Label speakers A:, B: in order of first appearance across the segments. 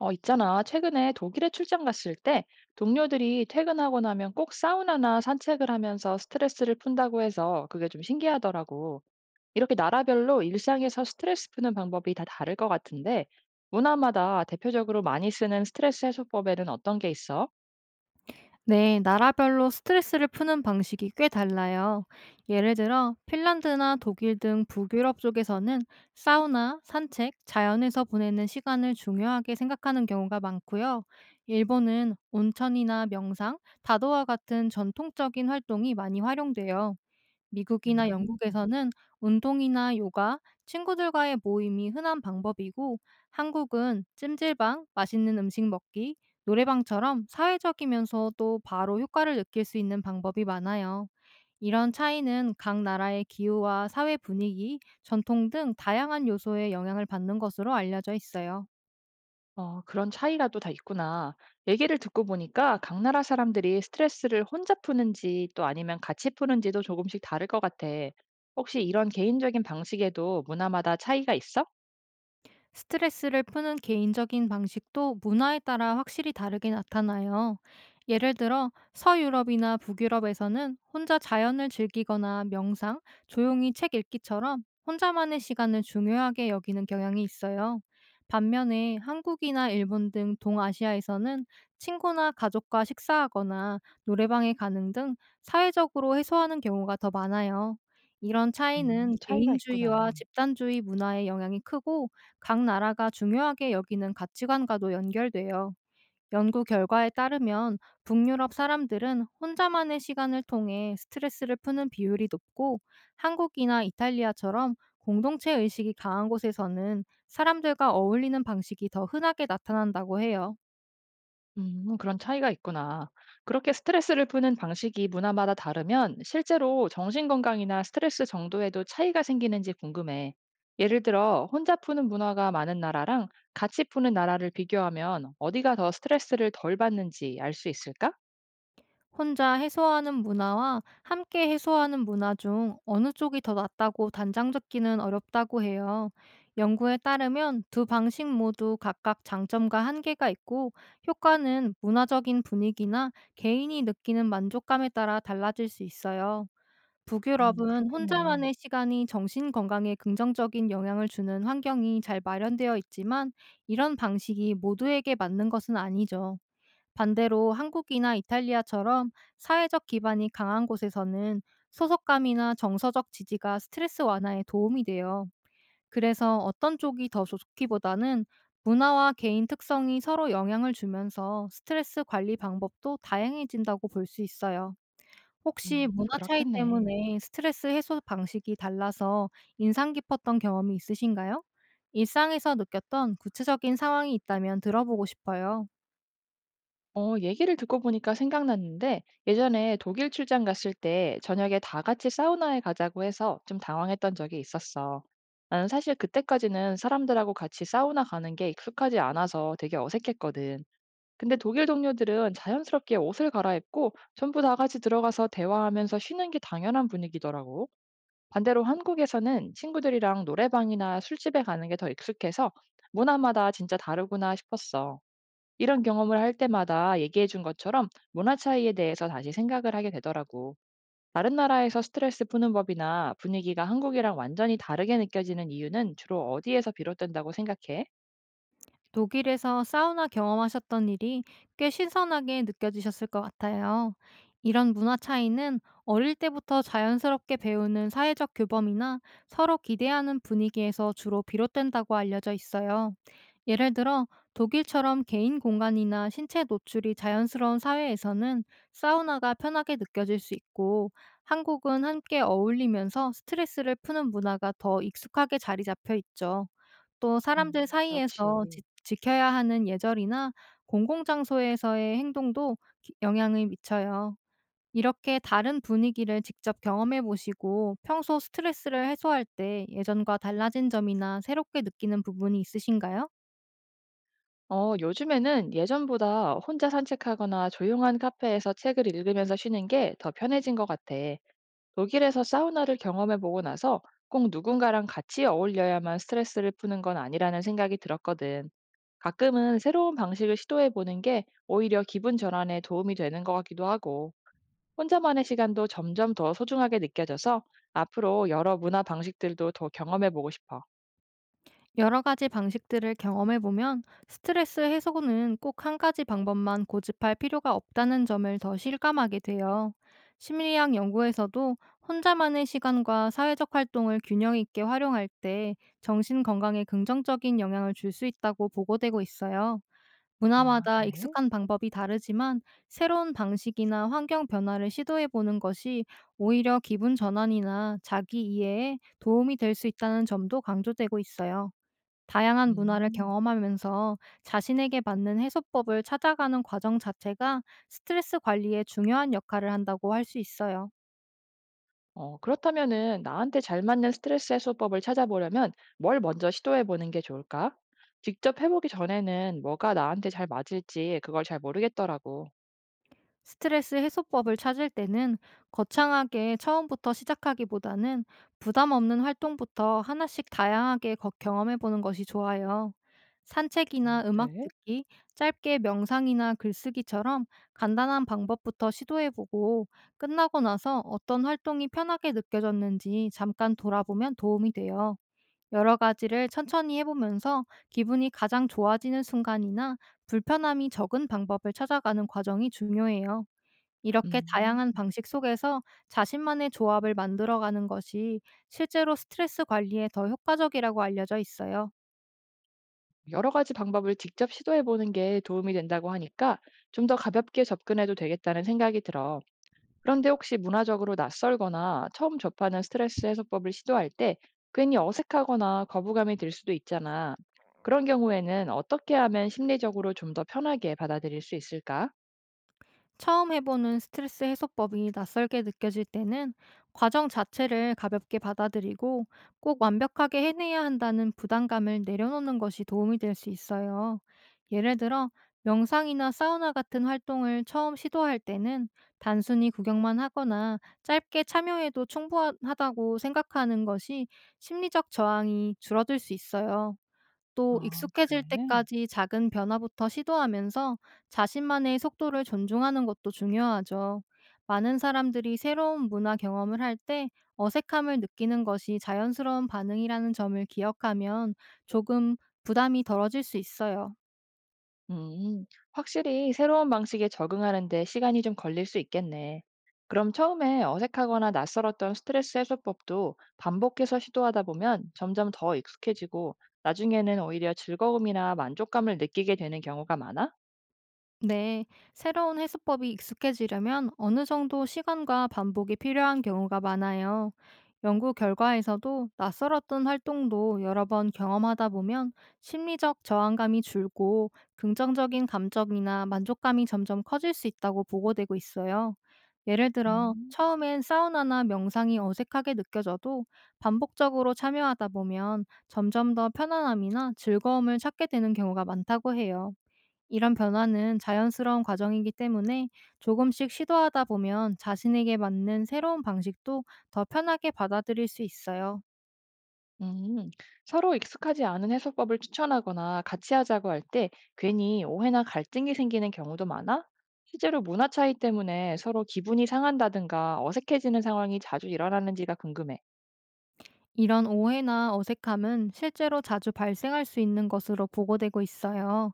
A: 있잖아. 최근에 독일에 출장 갔을 때 동료들이 퇴근하고 나면 꼭 사우나나 산책을 하면서 스트레스를 푼다고 해서 그게 좀 신기하더라고. 이렇게 나라별로 일상에서 스트레스 푸는 방법이 다 다를 것 같은데, 문화마다 대표적으로 많이 쓰는 스트레스 해소법에는 어떤 게 있어?
B: 네, 나라별로 스트레스를 푸는 방식이 꽤 달라요. 예를 들어, 핀란드나 독일 등 북유럽 쪽에서는 사우나, 산책, 자연에서 보내는 시간을 중요하게 생각하는 경우가 많고요. 일본은 온천이나 명상, 다도와 같은 전통적인 활동이 많이 활용돼요. 미국이나
A: 음.
B: 영국에서는 운동이나 요가, 친구들과의 모임이 흔한 방법이고, 한국은 찜질방, 맛있는 음식 먹기, 노래방처럼 사회적이면서도 바로 효과를 느낄 수 있는 방법이 많아요. 이런 차이는 각 나라의 기후와 사회 분위기, 전통 등 다양한 요소에 영향을 받는 것으로 알려져 있어요.
A: 그런 차이가 또 다 있구나. 얘기를 듣고 보니까 각 나라 사람들이 스트레스를 혼자 푸는지 또 아니면 같이 푸는지도 조금씩 다를 것 같아. 혹시 이런 개인적인 방식에도 문화마다 차이가 있어?
B: 스트레스를 푸는 개인적인 방식도 문화에 따라 확실히 다르게 나타나요. 예를 들어 서유럽이나 북유럽에서는 혼자 자연을 즐기거나 명상, 조용히 책 읽기처럼 혼자만의 시간을 중요하게 여기는 경향이 있어요. 반면에 한국이나 일본 등 동아시아에서는 친구나 가족과 식사하거나 노래방에 가는 등 사회적으로 해소하는 경우가 더 많아요. 이런 차이는
A: 차이가
B: 개인주의와
A: 있구나.
B: 집단주의 문화의 영향이 크고, 각 나라가 중요하게 여기는 가치관과도 연결돼요. 연구 결과에 따르면, 북유럽 사람들은 혼자만의 시간을 통해 스트레스를 푸는 비율이 높고, 한국이나 이탈리아처럼 공동체 의식이 강한 곳에서는 사람들과 어울리는 방식이 더 흔하게 나타난다고 해요.
A: 그런 차이가 있구나. 그렇게 스트레스를 푸는 방식이 문화마다 다르면 실제로 정신건강이나 스트레스 정도에도 차이가 생기는지 궁금해. 예를 들어, 혼자 푸는 문화가 많은 나라랑 같이 푸는 나라를 비교하면 어디가 더 스트레스를 덜 받는지 알 수 있을까?
B: 혼자 해소하는 문화와 함께 해소하는 문화 중 어느 쪽이 더 낫다고 단정 짓기는 어렵다고 해요. 연구에 따르면 두 방식 모두 각각 장점과 한계가 있고, 효과는 문화적인 분위기나 개인이 느끼는 만족감에 따라 달라질 수 있어요. 북유럽은
A: 그렇겠네.
B: 혼자만의 시간이 정신 건강에 긍정적인 영향을 주는 환경이 잘 마련되어 있지만, 이런 방식이 모두에게 맞는 것은 아니죠. 반대로 한국이나 이탈리아처럼 사회적 기반이 강한 곳에서는 소속감이나 정서적 지지가 스트레스 완화에 도움이 돼요. 그래서 어떤 쪽이 더 좋기보다는, 문화와 개인 특성이 서로 영향을 주면서 스트레스 관리 방법도 다양해진다고 볼 수 있어요. 혹시 문화 차이
A: 그렇겠네.
B: 때문에 스트레스 해소 방식이 달라서 인상 깊었던 경험이 있으신가요? 일상에서 느꼈던 구체적인 상황이 있다면 들어보고 싶어요.
A: 얘기를 듣고 보니까 생각났는데 예전에 독일 출장 갔을 때 저녁에 다 같이 사우나에 가자고 해서 좀 당황했던 적이 있었어. 나는 사실 그때까지는 사람들하고 같이 사우나 가는 게 익숙하지 않아서 되게 어색했거든. 근데 독일 동료들은 자연스럽게 옷을 갈아입고 전부 다 같이 들어가서 대화하면서 쉬는 게 당연한 분위기더라고. 반대로 한국에서는 친구들이랑 노래방이나 술집에 가는 게 더 익숙해서 문화마다 진짜 다르구나 싶었어. 이런 경험을 할 때마다 얘기해 준 것처럼 문화 차이에 대해서 다시 생각을 하게 되더라고. 다른 나라에서 스트레스 푸는 법이나 분위기가 한국이랑 완전히 다르게 느껴지는 이유는 주로 어디에서 비롯된다고 생각해?
B: 독일에서 사우나 경험하셨던 일이 꽤 신선하게 느껴지셨을 것 같아요. 이런 문화 차이는 어릴 때부터 자연스럽게 배우는 사회적 규범이나 서로 기대하는 분위기에서 주로 비롯된다고 알려져 있어요. 예를 들어, 독일처럼 개인 공간이나 신체 노출이 자연스러운 사회에서는 사우나가 편하게 느껴질 수 있고, 한국은 함께 어울리면서 스트레스를 푸는 문화가 더 익숙하게 자리 잡혀 있죠. 또 사람들
A: 음,
B: 사이에서
A: 그렇지.
B: 지 지켜야 하는 예절이나 공공장소에서의 행동도 기 영향을 미쳐요. 이렇게 다른 분위기를 직접 경험해 보시고, 평소 스트레스를 해소할 때 예전과 달라진 점이나 새롭게 느끼는 부분이 있으신가요?
A: 요즘에는 예전보다 혼자 산책하거나 조용한 카페에서 책을 읽으면서 쉬는 게 더 편해진 것 같아. 독일에서 사우나를 경험해보고 나서 꼭 누군가랑 같이 어울려야만 스트레스를 푸는 건 아니라는 생각이 들었거든. 가끔은 새로운 방식을 시도해 보는 게 오히려 기분 전환에 도움이 되는 것 같기도 하고, 혼자만의 시간도 점점 더 소중하게 느껴져서 앞으로 여러 문화 방식들도 더 경험해 보고 싶어.
B: 여러 가지 방식들을 경험해 보면 스트레스 해소는 꼭 한 가지 방법만 고집할 필요가 없다는 점을 더 실감하게 돼요. 심리학 연구에서도 혼자만의 시간과 사회적 활동을 균형 있게 활용할 때 정신 건강에 긍정적인 영향을 줄 수 있다고 보고되고 있어요.
A: 아,
B: 문화마다
A: 그래?
B: 익숙한 방법이 다르지만, 새로운 방식이나 환경 변화를 시도해 보는 것이 오히려 기분 전환이나 자기 이해에 도움이 될 수 있다는 점도 강조되고 있어요. 다양한 문화를
A: 음.
B: 경험하면서 자신에게 맞는 해소법을 찾아가는 과정 자체가 스트레스 관리에 중요한 역할을 한다고 할 수 있어요.
A: 그렇다면은 나한테 잘 맞는 스트레스 해소법을 찾아보려면 뭘 먼저 시도해 보는 게 좋을까? 직접 해보기 전에는 뭐가 나한테 잘 맞을지 그걸 잘 모르겠더라고.
B: 스트레스 해소법을 찾을 때는 거창하게 처음부터 시작하기보다는 부담 없는 활동부터 하나씩 다양하게 경험해보는 것이 좋아요. 산책이나 음악
A: 그래?
B: 듣기, 짧게 명상이나 글쓰기처럼 간단한 방법부터 시도해보고, 끝나고 나서 어떤 활동이 편하게 느껴졌는지 잠깐 돌아보면 도움이 돼요. 여러 가지를 천천히 해보면서 기분이 가장 좋아지는 순간이나 불편함이 적은 방법을 찾아가는 과정이 중요해요. 이렇게
A: 음.
B: 다양한 방식 속에서 자신만의 조합을 만들어가는 것이 실제로 스트레스 관리에 더 효과적이라고 알려져 있어요.
A: 여러 가지 방법을 직접 시도해 보는 게 도움이 된다고 하니까 좀 더 가볍게 접근해도 되겠다는 생각이 들어. 그런데 혹시 문화적으로 낯설거나 처음 접하는 스트레스 해소법을 시도할 때 괜히 어색하거나 거부감이 들 수도 있잖아. 그런 경우에는 어떻게 하면 심리적으로 좀 더 편하게 받아들일 수 있을까?
B: 처음 해보는 스트레스 해소법이 낯설게 느껴질 때는 과정 자체를 가볍게 받아들이고, 꼭 완벽하게 해내야 한다는 부담감을 내려놓는 것이 도움이 될 수 있어요. 예를 들어, 명상이나 사우나 같은 활동을 처음 시도할 때는 단순히 구경만 하거나 짧게 참여해도 충분하다고 생각하는 것이 심리적 저항이 줄어들 수 있어요. 또
A: 아, 그래.
B: 익숙해질 때까지 작은 변화부터 시도하면서 자신만의 속도를 존중하는 것도 중요하죠. 많은 사람들이 새로운 문화 경험을 할 때 어색함을 느끼는 것이 자연스러운 반응이라는 점을 기억하면 조금 부담이 덜어질 수 있어요.
A: 음, 확실히 새로운 방식에 적응하는 데 시간이 좀 걸릴 수 있겠네. 그럼 처음에 어색하거나 낯설었던 스트레스 해소법도 반복해서 시도하다 보면 점점 더 익숙해지고 나중에는 오히려 즐거움이나 만족감을 느끼게 되는 경우가 많아?
B: 네, 새로운 해수법이 익숙해지려면 어느 정도 시간과 반복이 필요한 경우가 많아요. 연구 결과에서도 낯설었던 활동도 여러 번 경험하다 보면 심리적 저항감이 줄고, 긍정적인 감정이나 만족감이 점점 커질 수 있다고 보고되고 있어요. 예를 들어,
A: 음.
B: 처음엔 사우나나 명상이 어색하게 느껴져도 반복적으로 참여하다 보면 점점 더 편안함이나 즐거움을 찾게 되는 경우가 많다고 해요. 이런 변화는 자연스러운 과정이기 때문에 조금씩 시도하다 보면 자신에게 맞는 새로운 방식도 더 편하게 받아들일 수 있어요.
A: 음, 서로 익숙하지 않은 해소법을 추천하거나 같이 하자고 할 때 괜히 오해나 갈등이 생기는 경우도 많아? 실제로 문화 차이 때문에 서로 기분이 상한다든가 어색해지는 상황이 자주 일어나는지가 궁금해.
B: 이런 오해나 어색함은 실제로 자주 발생할 수 있는 것으로 보고되고 있어요.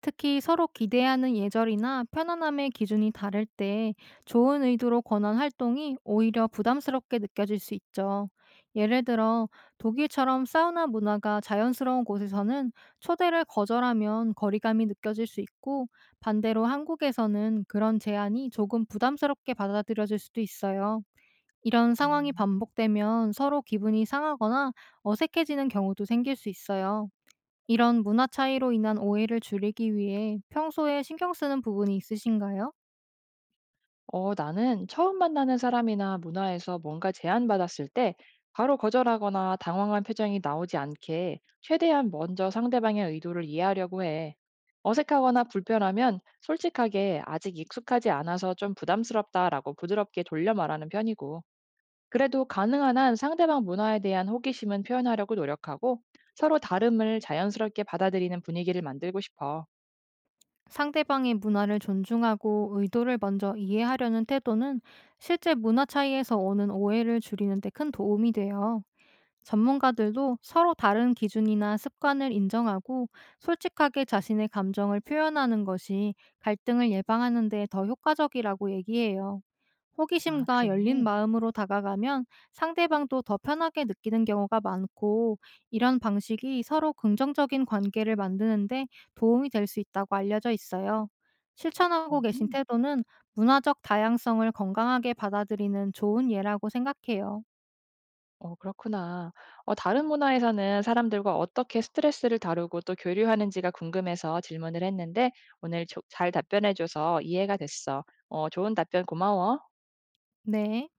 B: 특히 서로 기대하는 예절이나 편안함의 기준이 다를 때 좋은 의도로 권한 활동이 오히려 부담스럽게 느껴질 수 있죠. 예를 들어, 독일처럼 사우나 문화가 자연스러운 곳에서는 초대를 거절하면 거리감이 느껴질 수 있고, 반대로 한국에서는 그런 제안이 조금 부담스럽게 받아들여질 수도 있어요. 이런 상황이
A: 음.
B: 반복되면 서로 기분이 상하거나 어색해지는 경우도 생길 수 있어요. 이런 문화 차이로 인한 오해를 줄이기 위해 평소에 신경 쓰는 부분이 있으신가요?
A: 나는 처음 만나는 사람이나 문화에서 뭔가 제안받았을 때 바로 거절하거나 당황한 표정이 나오지 않게 최대한 먼저 상대방의 의도를 이해하려고 해. 어색하거나 불편하면 솔직하게 아직 익숙하지 않아서 좀 부담스럽다라고 부드럽게 돌려 말하는 편이고, 그래도 가능한 한 상대방 문화에 대한 호기심은 표현하려고 노력하고 서로 다름을 자연스럽게 받아들이는 분위기를 만들고 싶어.
B: 상대방의 문화를 존중하고 의도를 먼저 이해하려는 태도는 실제 문화 차이에서 오는 오해를 줄이는 데 큰 도움이 돼요. 전문가들도 서로 다른 기준이나 습관을 인정하고 솔직하게 자신의 감정을 표현하는 것이 갈등을 예방하는 데 더 효과적이라고 얘기해요.
A: 아,
B: 호기심과 열린
A: 그래.
B: 마음으로 다가가면 상대방도 더 편하게 느끼는 경우가 많고, 이런 방식이 서로 긍정적인 관계를 만드는데 도움이 될 수 있다고 알려져 있어요. 실천하고 계신
A: 음.
B: 태도는 문화적 다양성을 건강하게 받아들이는 좋은 예라고 생각해요.
A: 어 그렇구나. 어 다른 문화에서는 사람들과 어떻게 스트레스를 다루고 또 교류하는지가 궁금해서 질문을 했는데 오늘 조 잘 답변해 줘서 이해가 됐어. 어 좋은 답변 고마워.
B: 네.